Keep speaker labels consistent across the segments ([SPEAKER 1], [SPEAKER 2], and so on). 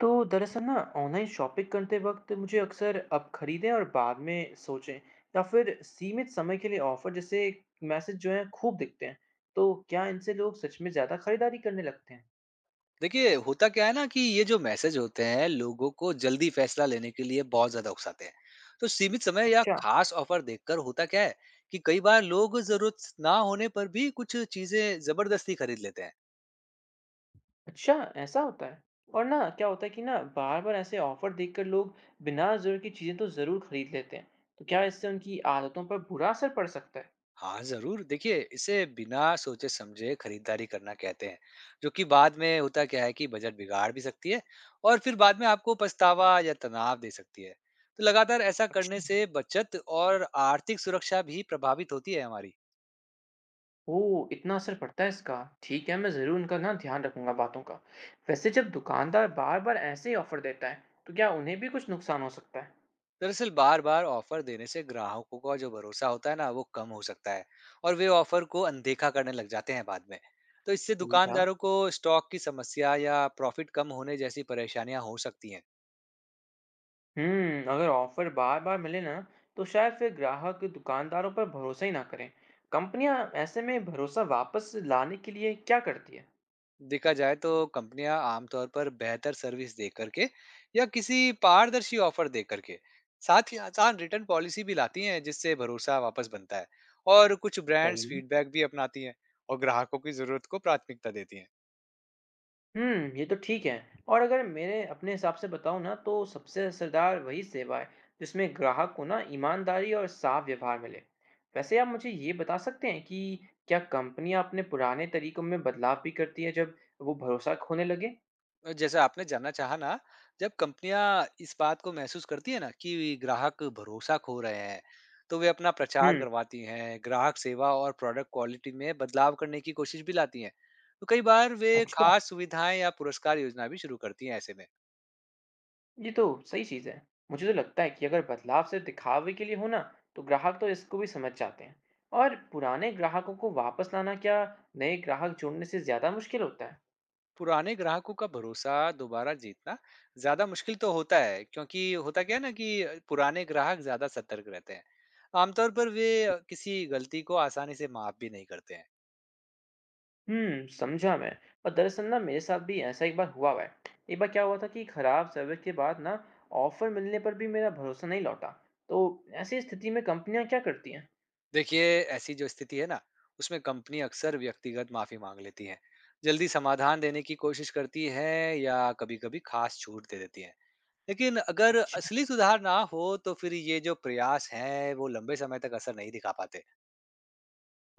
[SPEAKER 1] तो दरअसल ना ऑनलाइन शॉपिंग करते वक्त मुझे अक्सर अब खरीदें और बाद में सोचें या फिर सीमित समय के लिए ऑफर जैसे मैसेज जो है खूब दिखते हैं। तो क्या इनसे लोग सच में ज़्यादा खरीदारी करने लगते हैं?
[SPEAKER 2] देखिए, होता क्या है ना कि ये जो मैसेज होते हैं, लोगों को जल्दी फैसला लेने के लिए बहुत ज्यादा उकसाते हैं। तो सीमित समय या
[SPEAKER 1] अच्छा।
[SPEAKER 2] खास ऑफर देखकर होता क्या है कि कई बार लोग जरूरत ना होने पर भी कुछ चीजें जबरदस्ती खरीद लेते हैं।
[SPEAKER 1] अच्छा, ऐसा होता है। और ना क्या होता है कि ना बार बार ऐसे ऑफर देखकर लोग बिना ज़रूरत की चीज़ें तो ज़रूर खरीद लेते हैं। तो क्या इससे उनकी आदतों पर बुरा असर पड़ सकता है?
[SPEAKER 2] हाँ जरूर, देखिए, इसे बिना सोचे समझे खरीदारी करना कहते हैं, जो कि बाद में होता क्या है कि बजट बिगाड़ भी सकती है और फिर बाद में आपको पछतावा या तनाव दे सकती है। तो लगातार ऐसा करने
[SPEAKER 1] अच्छा।
[SPEAKER 2] से बचत और आर्थिक सुरक्षा भी प्रभावित होती है हमारी।
[SPEAKER 1] ओह! इतना असर पड़ता है इसका। ठीक है, मैं ज़रूर इनका ना ध्यान रखूँगा बातों का। वैसे जब दुकानदार बार-बार ऐसे ही ऑफ़र देता है, तो क्या उन्हें भी कुछ नुकसान हो सकता है?
[SPEAKER 2] दरअसल बार बार ऑफर देने से ग्राहकों का जो भरोसा होता है ना, वो कम हो सकता है और वे ऑफर को अनदेखा करने लग जाते हैं बाद में। तो इससे
[SPEAKER 1] समझा।
[SPEAKER 2] दुकानदारों को स्टॉक की समस्या या प्रॉफिट कम होने जैसी परेशानियां हो सकती हैं।
[SPEAKER 1] अगर ऑफ़र बार-बार मिले ना, तो शायद फिर ग्राहक दुकानदारों पर भरोसा ही ना करें। कंपनियाँ ऐसे में भरोसा वापस लाने के लिए क्या करती है?
[SPEAKER 2] देखा जाए तो कंपनियां आमतौर पर बेहतर सर्विस दे करके या किसी पारदर्शी ऑफर दे करके, साथ ही आसान रिटर्न पॉलिसी भी लाती हैं, जिससे भरोसा वापस बनता है। और कुछ ब्रांड्स
[SPEAKER 1] सही।
[SPEAKER 2] फीडबैक भी अपनाती हैं और ग्राहकों की जरूरत को प्राथमिकता देती हैं।
[SPEAKER 1] हुँ, ये तो ठीक है। और अगर मेरे अपने हिसाब से बताऊँ ना तो सबसे असरदार वही सेवा है जिसमें ग्राहक को ना ईमानदारी और साफ व्यवहार मिले। वैसे आप मुझे ये बता सकते हैं कि क्या कंपनियाँ अपने पुराने तरीकों में बदलाव भी करती है जब वो भरोसा खोने लगे?
[SPEAKER 2] और जैसा आपने जानना चाहा ना, जब कंपनियां इस बात को महसूस करती है ना कि ग्राहक भरोसा खो रहे हैं, तो वे अपना प्रचार
[SPEAKER 1] हुँ,
[SPEAKER 2] करवाती हैं, ग्राहक सेवा और प्रोडक्ट क्वालिटी में बदलाव करने की कोशिश भी लाती हैं। तो कई बार वे
[SPEAKER 1] अच्छा।
[SPEAKER 2] खास सुविधाएं या पुरस्कार योजना भी शुरू करती हैं ऐसे में।
[SPEAKER 1] ये तो सही चीज़ है। मुझे तो लगता है कि अगर बदलाव सिर्फ दिखावे के लिए हो ना तो ग्राहक तो इसको भी समझ जाते हैं। और पुराने ग्राहकों को वापस लाना क्या नए ग्राहक जोड़ने से ज़्यादा मुश्किल होता है?
[SPEAKER 2] पुराने ग्राहकों का भरोसा दोबारा जीतना ज्यादा मुश्किल तो होता है, क्योंकि होता क्या है ना कि पुराने ग्राहक ज्यादा सतर्क रहते हैं। आमतौर पर वे किसी गलती को आसानी से माफ भी नहीं करते हैं।
[SPEAKER 1] हम्म, समझा मैं। और दरअसल ना मेरे साथ भी ऐसा एक बार हुआ हुआ है। एक बार क्या हुआ था कि खराब सर्विस के बाद ना ऑफर मिलने पर भी मेरा भरोसा नहीं लौटा। तो ऐसी स्थिति में कंपनियां क्या करती हैं?
[SPEAKER 2] देखिए, ऐसी जो स्थिति है ना, उसमें कंपनी अक्सर व्यक्तिगत माफी मांग लेती है, जल्दी समाधान देने की कोशिश करती है या कभी-कभी खास छूट दे देती है। लेकिन अगर
[SPEAKER 1] अच्छा।
[SPEAKER 2] असली सुधार ना हो तो फिर ये जो प्रयास हैं, वो लंबे समय तक असर नहीं दिखा पाते।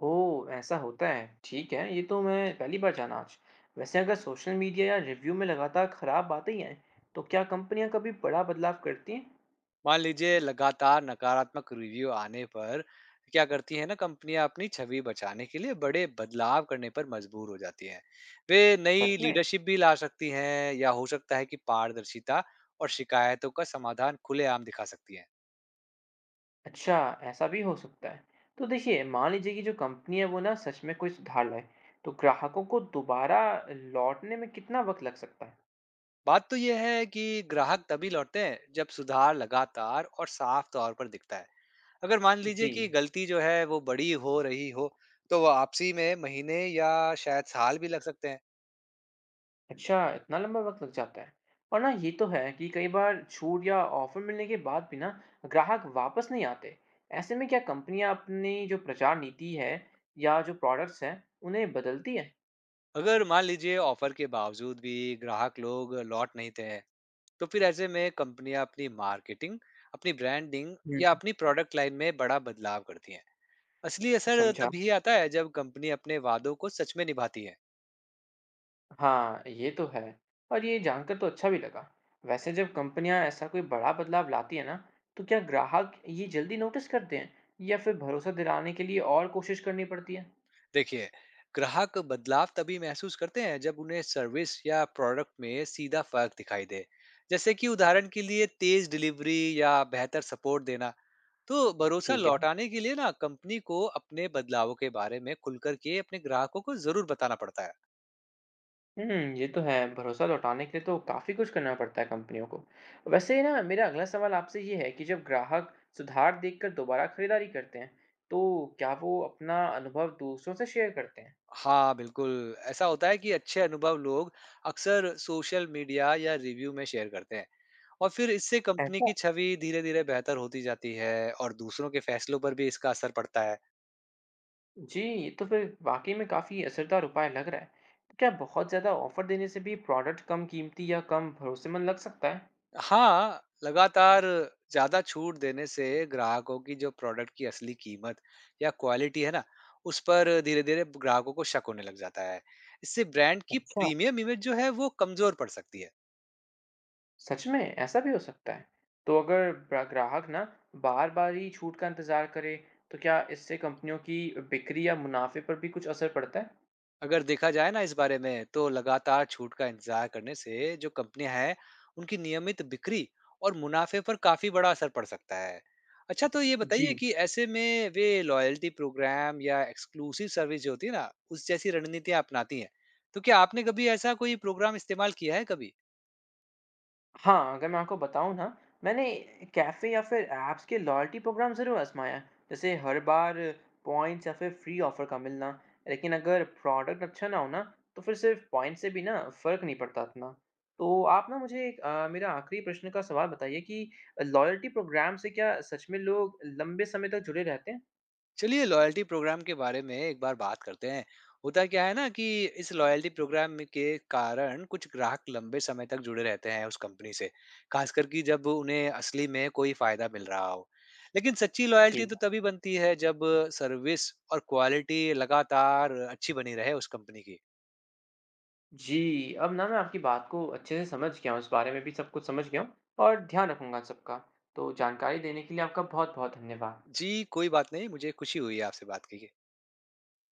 [SPEAKER 1] ओह, ऐसा होता है। ठीक है, ये तो मैं पहली बार जाना आज। वैसे अगर सोशल मीडिया या रिव्यू में लगातार खराब बातें ही हैं तो क्या कंपनियां कभी बड़ा बदलाव करती हैं?
[SPEAKER 2] मान लीजिए, लगातार नकारात्मक रिव्यू आने पर क्या करती है ना कंपनियां, अपनी छवि बचाने के लिए बड़े बदलाव करने पर मजबूर हो जाती हैं। वे नई
[SPEAKER 1] सच में?
[SPEAKER 2] लीडरशिप भी ला सकती हैं या हो सकता है कि पारदर्शिता और शिकायतों का समाधान खुलेआम दिखा सकती हैं।
[SPEAKER 1] अच्छा, ऐसा भी हो सकता है। तो देखिए मान लीजिए कि जो कंपनी है वो ना सच में कोई सुधार लाए, तो ग्राहकों को दोबारा लौटने में कितना वक्त लग सकता है?
[SPEAKER 2] बात तो यह है कि ग्राहक तभी लौटते हैं जब सुधार लगातार और साफ तौर पर दिखता है। अगर मान
[SPEAKER 1] जी।
[SPEAKER 2] लीजिए कि गलती जो है वो बड़ी हो रही हो, तो वो आपसी में महीने या शायद साल भी लग सकते हैं।
[SPEAKER 1] अच्छा, इतना लंबा वक्त लग जाता है। और ना ये तो है कि कई बार छूट या ऑफर मिलने के बाद भी ना ग्राहक वापस नहीं आते। ऐसे में क्या कंपनियां अपनी जो प्रचार नीति है या जो प्रोडक्ट्स हैं उन्हें बदलती है?
[SPEAKER 2] अगर मान लीजिए ऑफर के बावजूद भी ग्राहक लोग लौट नहीं थे, तो फिर ऐसे में कंपनियां अपनी मार्केटिंग, अपनी ब्रांडिंग
[SPEAKER 1] हम्म।
[SPEAKER 2] या अपनी प्रोडक्ट लाइन में बड़ा बदलाव करती हैं। असली असर
[SPEAKER 1] समझा।
[SPEAKER 2] तभी आता है जब कंपनी अपने वादों को सच में निभाती है।
[SPEAKER 1] हाँ, ये तो है। और ये जानकर तो अच्छा भी लगा। वैसे जब कंपनियां ऐसा कोई बड़ा बदलाव लाती है ना, तो क्या ग्राहक ये जल्दी नोटिस करते हैं या फिर भरोसा दिलाने के लिए और कोशिश करनी पड़ती है?
[SPEAKER 2] देखिए, ग्राहक बदलाव तभी महसूस करते हैं जब उन्हें सर्विस या प्रोडक्ट में सीधा फर्क दिखाई दे, जैसे कि उदाहरण के लिए तेज डिलीवरी या बेहतर सपोर्ट देना। तो भरोसा
[SPEAKER 1] ठीक है।
[SPEAKER 2] लौटाने के लिए ना कंपनी को अपने बदलावों के बारे में खुलकर के अपने ग्राहकों को जरूर बताना पड़ता है।
[SPEAKER 1] ये तो है। भरोसा लौटाने के लिए तो काफी कुछ करना पड़ता है कंपनियों को। वैसे ना मेरा अगला सवाल आपसे ये है कि जब ग्राहक सुधार देखकर दोबारा खरीदारी करते हैं, तो क्या वो अपना अनुभव दूसरों से शेयर करते हैं?
[SPEAKER 2] हाँ बिल्कुल, ऐसा होता है कि अच्छे अनुभव लोग अक्सर सोशल मीडिया या रिव्यू में शेयर करते हैं। और फिर इससे कंपनी
[SPEAKER 1] ऐसा?
[SPEAKER 2] की छवि धीरे धीरे बेहतर होती जाती है और दूसरों के फैसलों पर भी इसका असर पड़ता है।
[SPEAKER 1] जी, ये तो फिर वाक़ई में काफ़ी असरदार उपाय लग रहा है। तो क्या बहुत ज़्यादा ऑफ़र देने से भी प्रोडक्ट कम कीमती या कम भरोसेमंद लग सकता है?
[SPEAKER 2] हाँ, लगातार ज़्यादा छूट देने से ग्राहकों की जो प्रोडक्ट की असली कीमत या क्वालिटी है ना, उस पर धीरे-धीरे ग्राहकों को शक होने लग जाता है। इससे ब्रांड की
[SPEAKER 1] अच्छा,
[SPEAKER 2] प्रीमियम इमेज जो है वो कमज़ोर पड़ सकती है।
[SPEAKER 1] सच में ऐसा भी हो सकता है। तो अगर ग्राहक ना बार-बार ही छूट का इंतज़ार करे, तो क्या इससे कंपनियों की बिक्री या मुनाफ़े पर भी कुछ असर पड़ता है?
[SPEAKER 2] अगर देखा जाए ना इस बारे में, तो लगातार छूट का इंतजार करने से जो कंपनियां हैं, उनकी नियमित बिक्री और मुनाफे पर काफी बड़ा असर पड़ सकता है। अच्छा, तो ये
[SPEAKER 1] जी।
[SPEAKER 2] बताइए कि ऐसे में वे लॉयल्टी प्रोग्राम या एक्सक्लूसिव सर्विस जो होती है ना, उस जैसी रणनीतियां अपनाती हैं। तो क्या आपने कभी ऐसा कोई प्रोग्राम इस्तेमाल किया है कभी?
[SPEAKER 1] हाँ, अगर मैं आपको बताऊँ ना, मैंने कैफ़े या फिर ऐप्स के लॉयल्टी प्रोग्राम ज़रूर आज़माया है। जैसे हर बार पॉइंट्स या फिर फ्री ऑफ़र का मिलना। लेकिन अगर प्रोडक्ट अच्छा ना हो ना, तो फिर सिर्फ़ पॉइंट्स से भी ना फ़र्क नहीं पड़ता इतना। तो आप ना मुझे एक मेरा आखिरी प्रश्न का सवाल बताइए कि लॉयल्टी प्रोग्राम से क्या सच में लोग लंबे समय तक जुड़े रहते हैं?
[SPEAKER 2] चलिए लॉयल्टी प्रोग्राम के बारे में एक बार बात करते हैं। होता क्या है ना कि इस के कारण कुछ ग्राहक लंबे समय तक जुड़े रहते हैं उस कंपनी से, खासकर कि जब उन्हें असली में कोई फायदा मिल रहा हो। लेकिन सच्ची लॉयल्टी
[SPEAKER 1] ठीक
[SPEAKER 2] तो
[SPEAKER 1] है।
[SPEAKER 2] तभी बनती है जब सर्विस और क्वालिटी लगातार अच्छी बनी रहे उस कंपनी की।
[SPEAKER 1] जी, अब ना मैं आपकी बात को अच्छे से समझ गया हूँ। इस बारे में भी सब कुछ समझ गया हूँ और ध्यान रखूँगा सबका। तो जानकारी देने के लिए आपका बहुत-बहुत धन्यवाद।
[SPEAKER 2] जी कोई बात नहीं, मुझे खुशी हुई आपसे बात की।